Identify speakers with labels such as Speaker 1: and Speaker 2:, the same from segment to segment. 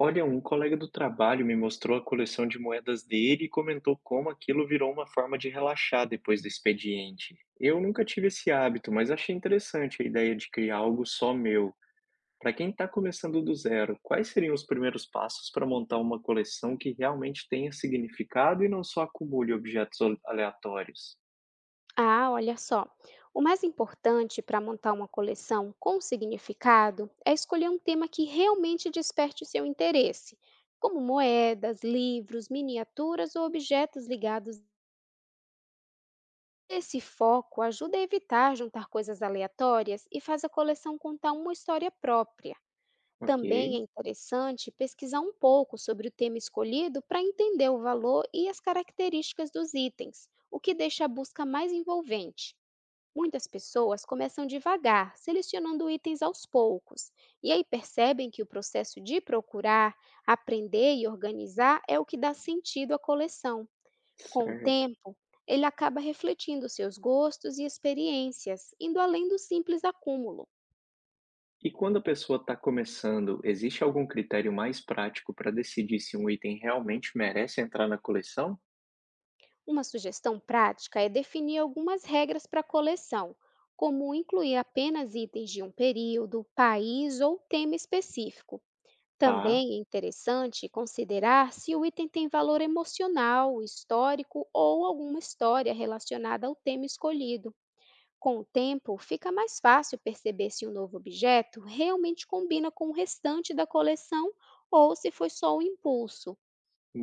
Speaker 1: Olha, um colega do trabalho me mostrou a coleção de moedas dele e comentou como aquilo virou uma forma de relaxar depois do expediente. Eu nunca tive esse hábito, mas achei interessante a ideia de criar algo só meu. Para quem está começando do zero, quais seriam os primeiros passos para montar uma coleção que realmente tenha significado e não só acumule objetos aleatórios?
Speaker 2: Ah, olha só. O mais importante para montar uma coleção com significado é escolher um tema que realmente desperte seu interesse, como moedas, livros, miniaturas ou objetos ligados. Esse foco ajuda a evitar juntar coisas aleatórias e faz a coleção contar uma história própria. Também
Speaker 1: Ok,
Speaker 2: é interessante pesquisar um pouco sobre o tema escolhido para entender o valor e as características dos itens, o que deixa a busca mais envolvente. Muitas pessoas começam devagar, selecionando itens aos poucos, e aí percebem que o processo de procurar, aprender e organizar é o que dá sentido à coleção. Com o
Speaker 1: certo.
Speaker 2: tempo, ele acaba refletindo seus gostos e experiências, indo além do simples acúmulo.
Speaker 1: E quando a pessoa está começando, existe algum critério mais prático para decidir se um item realmente merece entrar na coleção?
Speaker 2: Uma sugestão prática é definir algumas regras para a coleção, como incluir apenas itens de um período, país ou tema específico.
Speaker 1: Tá,
Speaker 2: Também é interessante considerar se o item tem valor emocional, histórico ou alguma história relacionada ao tema escolhido. Com o tempo, fica mais fácil perceber se um novo objeto realmente combina com o restante da coleção ou se foi só um impulso.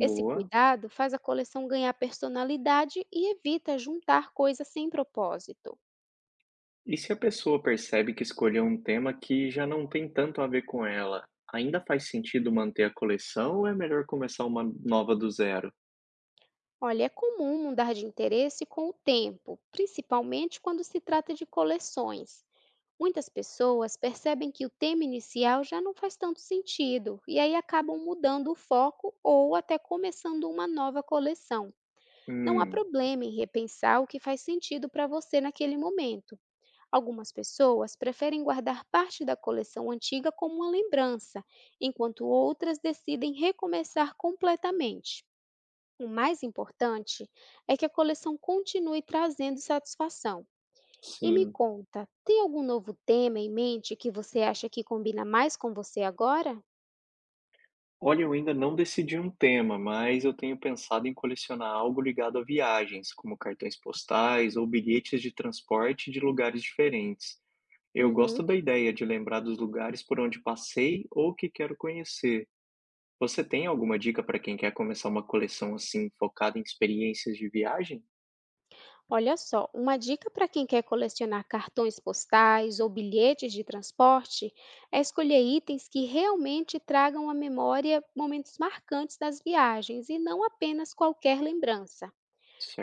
Speaker 2: Esse cuidado faz a coleção ganhar personalidade e evita juntar coisas sem propósito.
Speaker 1: E se a pessoa percebe que escolheu um tema que já não tem tanto a ver com ela, ainda faz sentido manter a coleção ou é melhor começar uma nova do zero?
Speaker 2: Olha, é comum mudar de interesse com o tempo, principalmente quando se trata de coleções. Muitas pessoas percebem que o tema inicial já não faz tanto sentido e aí acabam mudando o foco ou até começando uma nova coleção. Não há
Speaker 1: Hum,
Speaker 2: problema em repensar o que faz sentido para você naquele momento. Algumas pessoas preferem guardar parte da coleção antiga como uma lembrança, enquanto outras decidem recomeçar completamente. O mais importante é que a coleção continue trazendo satisfação e me
Speaker 1: sim.
Speaker 2: conta, tem algum novo tema em mente que você acha que combina mais com você agora?
Speaker 1: Olha, eu ainda não decidi um tema, mas eu tenho pensado em colecionar algo ligado a viagens, como cartões postais ou bilhetes de transporte de lugares diferentes. Eu
Speaker 2: Uhum.
Speaker 1: gosto da ideia de lembrar dos lugares por onde passei ou que quero conhecer. Você tem alguma dica para quem quer começar uma coleção, assim, focada em experiências de viagem?
Speaker 2: Olha só, uma dica para quem quer colecionar cartões postais ou bilhetes de transporte é escolher itens que realmente tragam à memória momentos marcantes das viagens e não apenas qualquer lembrança.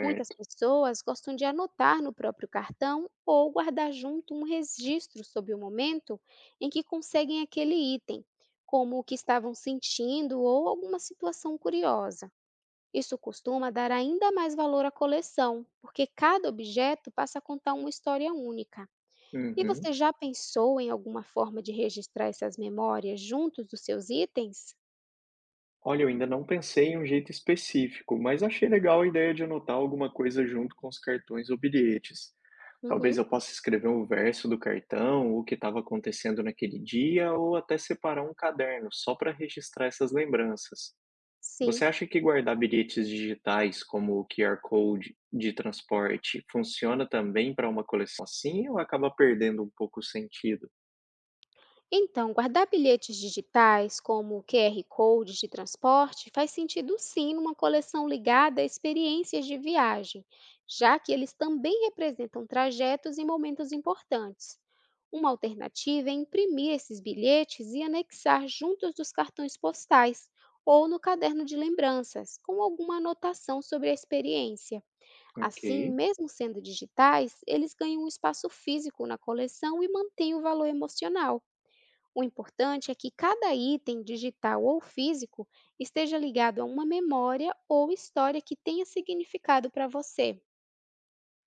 Speaker 2: Muitas pessoas gostam de anotar no próprio cartão ou guardar junto um registro sobre o momento em que conseguem aquele item, como o que estavam sentindo ou alguma situação curiosa. Isso costuma dar ainda mais valor à coleção, porque cada objeto passa a contar uma história única. E
Speaker 1: Uhum.
Speaker 2: você já pensou em alguma forma de registrar essas memórias juntos dos seus itens?
Speaker 1: Olha, eu ainda não pensei em um jeito específico, mas achei legal a ideia de anotar alguma coisa junto com os cartões ou bilhetes.
Speaker 2: Uhum,
Speaker 1: Talvez eu possa escrever um verso do cartão, o que estava acontecendo naquele dia, ou até separar um caderno só para registrar essas lembranças.
Speaker 2: sim.
Speaker 1: Você acha que guardar bilhetes digitais, como o QR Code de transporte, funciona também para uma coleção assim ou acaba perdendo um pouco o sentido?
Speaker 2: Então, guardar bilhetes digitais, como QR codes de transporte, faz sentido sim numa coleção ligada a experiências de viagem, já que eles também representam trajetos e momentos importantes. Uma alternativa é imprimir esses bilhetes e anexar juntos dos cartões postais ou no caderno de lembranças, com alguma anotação sobre a experiência. Assim,
Speaker 1: Ok.
Speaker 2: mesmo sendo digitais, eles ganham um espaço físico na coleção e mantêm o valor emocional. O importante é que cada item, digital ou físico, esteja ligado a uma memória ou história que tenha significado para você.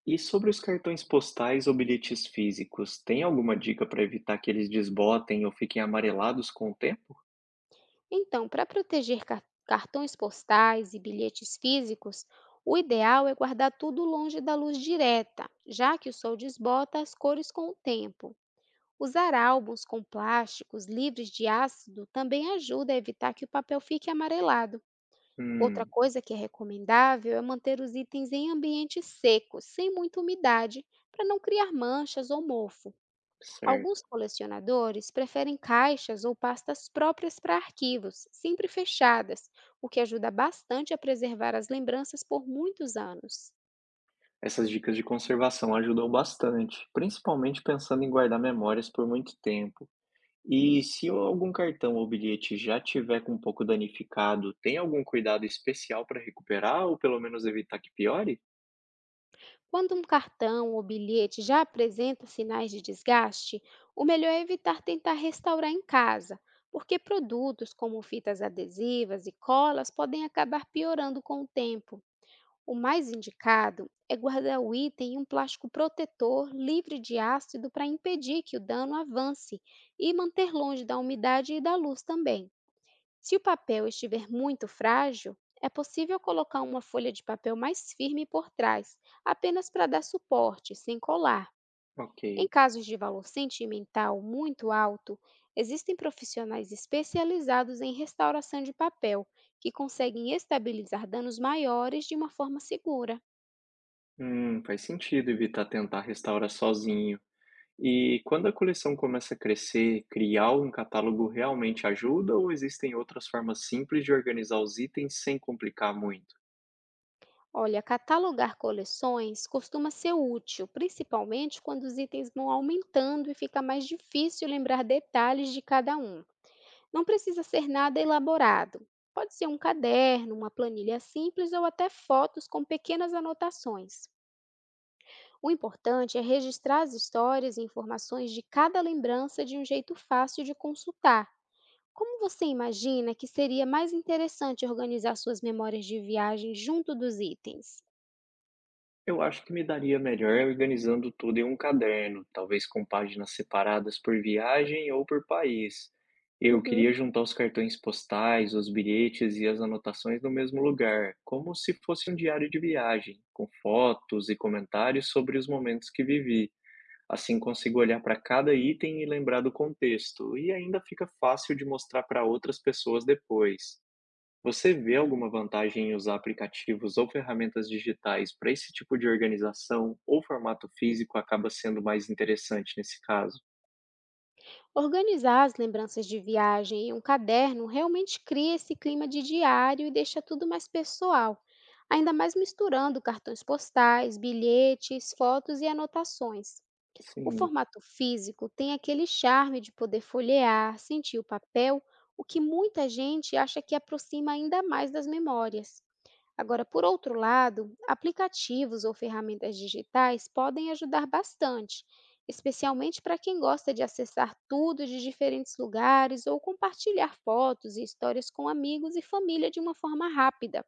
Speaker 1: E sobre os cartões postais ou bilhetes físicos, tem alguma dica para evitar que eles desbotem ou fiquem amarelados com o tempo?
Speaker 2: Então, para proteger cartões postais e bilhetes físicos, o ideal é guardar tudo longe da luz direta, já que o sol desbota as cores com o tempo. Usar álbuns com plásticos livres de ácido também ajuda a evitar que o papel fique amarelado. Outra
Speaker 1: Hum,
Speaker 2: coisa que é recomendável é manter os itens em ambientes secos, sem muita umidade, para não criar manchas ou mofo. Alguns
Speaker 1: certo.
Speaker 2: colecionadores preferem caixas ou pastas próprias para arquivos, sempre fechadas, o que ajuda bastante a preservar as lembranças por muitos anos.
Speaker 1: Essas dicas de conservação ajudam bastante, principalmente pensando em guardar memórias por muito tempo. E se algum cartão ou bilhete já tiver com um pouco danificado, tem algum cuidado especial para recuperar ou pelo menos evitar que piore?
Speaker 2: Quando um cartão ou bilhete já apresenta sinais de desgaste, o melhor é evitar tentar restaurar em casa, porque produtos como fitas adesivas e colas podem acabar piorando com o tempo. O mais indicado é guardar o item em um plástico protetor livre de ácido para impedir que o dano avance e manter longe da umidade e da luz também. Se o papel estiver muito frágil, é possível colocar uma folha de papel mais firme por trás, apenas para dar suporte, sem colar. Em
Speaker 1: Ok.
Speaker 2: casos de valor sentimental muito alto, existem profissionais especializados em restauração de papel, que conseguem estabilizar danos maiores de uma forma segura.
Speaker 1: Faz sentido evitar tentar restaurar sozinho. E quando a coleção começa a crescer, criar um catálogo realmente ajuda ou existem outras formas simples de organizar os itens sem complicar muito?
Speaker 2: Olha, catalogar coleções costuma ser útil, principalmente quando os itens vão aumentando e fica mais difícil lembrar detalhes de cada um. Não precisa ser nada elaborado. Pode ser um caderno, uma planilha simples ou até fotos com pequenas anotações. O importante é registrar as histórias e informações de cada lembrança de um jeito fácil de consultar. Como você imagina que seria mais interessante organizar suas memórias de viagem junto dos itens?
Speaker 1: Eu acho que me daria melhor organizando tudo em um caderno, talvez com páginas separadas por viagem ou por país. Eu
Speaker 2: Uhum.
Speaker 1: queria juntar os cartões postais, os bilhetes e as anotações no mesmo lugar, como se fosse um diário de viagem, com fotos e comentários sobre os momentos que vivi. Assim consigo olhar para cada item e lembrar do contexto, e ainda fica fácil de mostrar para outras pessoas depois. Você vê alguma vantagem em usar aplicativos ou ferramentas digitais para esse tipo de organização ou formato físico acaba sendo mais interessante nesse caso?
Speaker 2: Organizar as lembranças de viagem em um caderno realmente cria esse clima de diário e deixa tudo mais pessoal, ainda mais misturando cartões postais, bilhetes, fotos e anotações. O
Speaker 1: Sim,
Speaker 2: formato físico tem aquele charme de poder folhear, sentir o papel, o que muita gente acha que aproxima ainda mais das memórias. Agora, por outro lado, aplicativos ou ferramentas digitais podem ajudar bastante, especialmente para quem gosta de acessar tudo de diferentes lugares ou compartilhar fotos e histórias com amigos e família de uma forma rápida.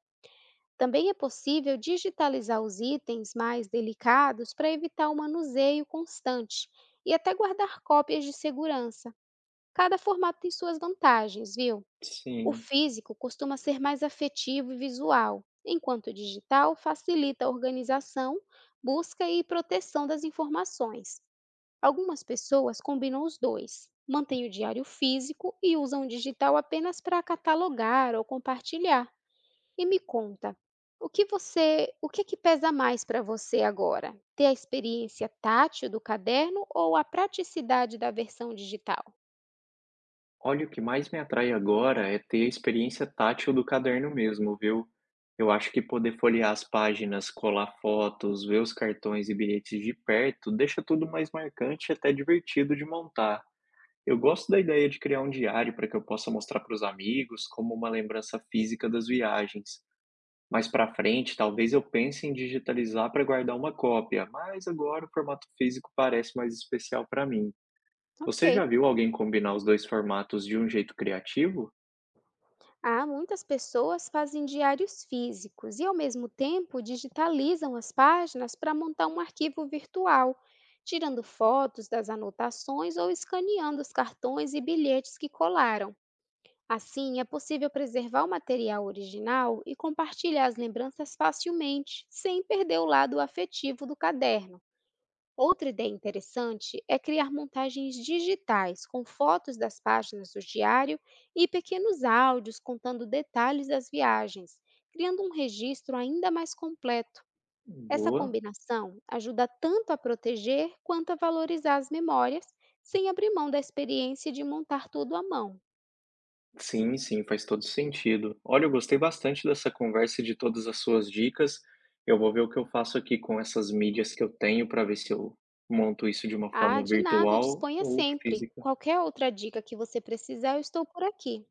Speaker 2: Também é possível digitalizar os itens mais delicados para evitar o manuseio constante e até guardar cópias de segurança. Cada formato tem suas vantagens, viu? O
Speaker 1: sim.
Speaker 2: físico costuma ser mais afetivo e visual, enquanto o digital facilita a organização, busca e proteção das informações. Algumas pessoas combinam os dois, mantêm o diário físico e usam o digital apenas para catalogar ou compartilhar. E me conta, o que é que pesa mais para você agora? Ter a experiência tátil do caderno ou a praticidade da versão digital?
Speaker 1: Olha, o que mais me atrai agora é ter a experiência tátil do caderno mesmo, viu? Eu acho que poder folhear as páginas, colar fotos, ver os cartões e bilhetes de perto deixa tudo mais marcante e até divertido de montar. Eu gosto da ideia de criar um diário para que eu possa mostrar para os amigos como uma lembrança física das viagens. Mais para frente, talvez eu pense em digitalizar para guardar uma cópia, mas agora o formato físico parece mais especial para mim.
Speaker 2: Ok.
Speaker 1: Você já viu alguém combinar os dois formatos de um jeito criativo?
Speaker 2: Ah, muitas pessoas fazem diários físicos e, ao mesmo tempo, digitalizam as páginas para montar um arquivo virtual, tirando fotos das anotações ou escaneando os cartões e bilhetes que colaram. Assim, é possível preservar o material original e compartilhar as lembranças facilmente, sem perder o lado afetivo do caderno. Outra ideia interessante é criar montagens digitais com fotos das páginas do diário e pequenos áudios contando detalhes das viagens, criando um registro ainda mais completo. Essa
Speaker 1: Boa.
Speaker 2: combinação ajuda tanto a proteger quanto a valorizar as memórias, sem abrir mão da experiência de montar tudo à mão.
Speaker 1: Sim, sim, faz todo sentido. Olha, eu gostei bastante dessa conversa e de todas as suas dicas. Eu vou ver o que eu faço aqui com essas mídias que eu tenho para ver se eu monto isso de uma
Speaker 2: Ah,
Speaker 1: forma
Speaker 2: de nada,
Speaker 1: virtual
Speaker 2: disponha
Speaker 1: ou
Speaker 2: sempre.
Speaker 1: física.
Speaker 2: Qualquer outra dica que você precisar, eu estou por aqui.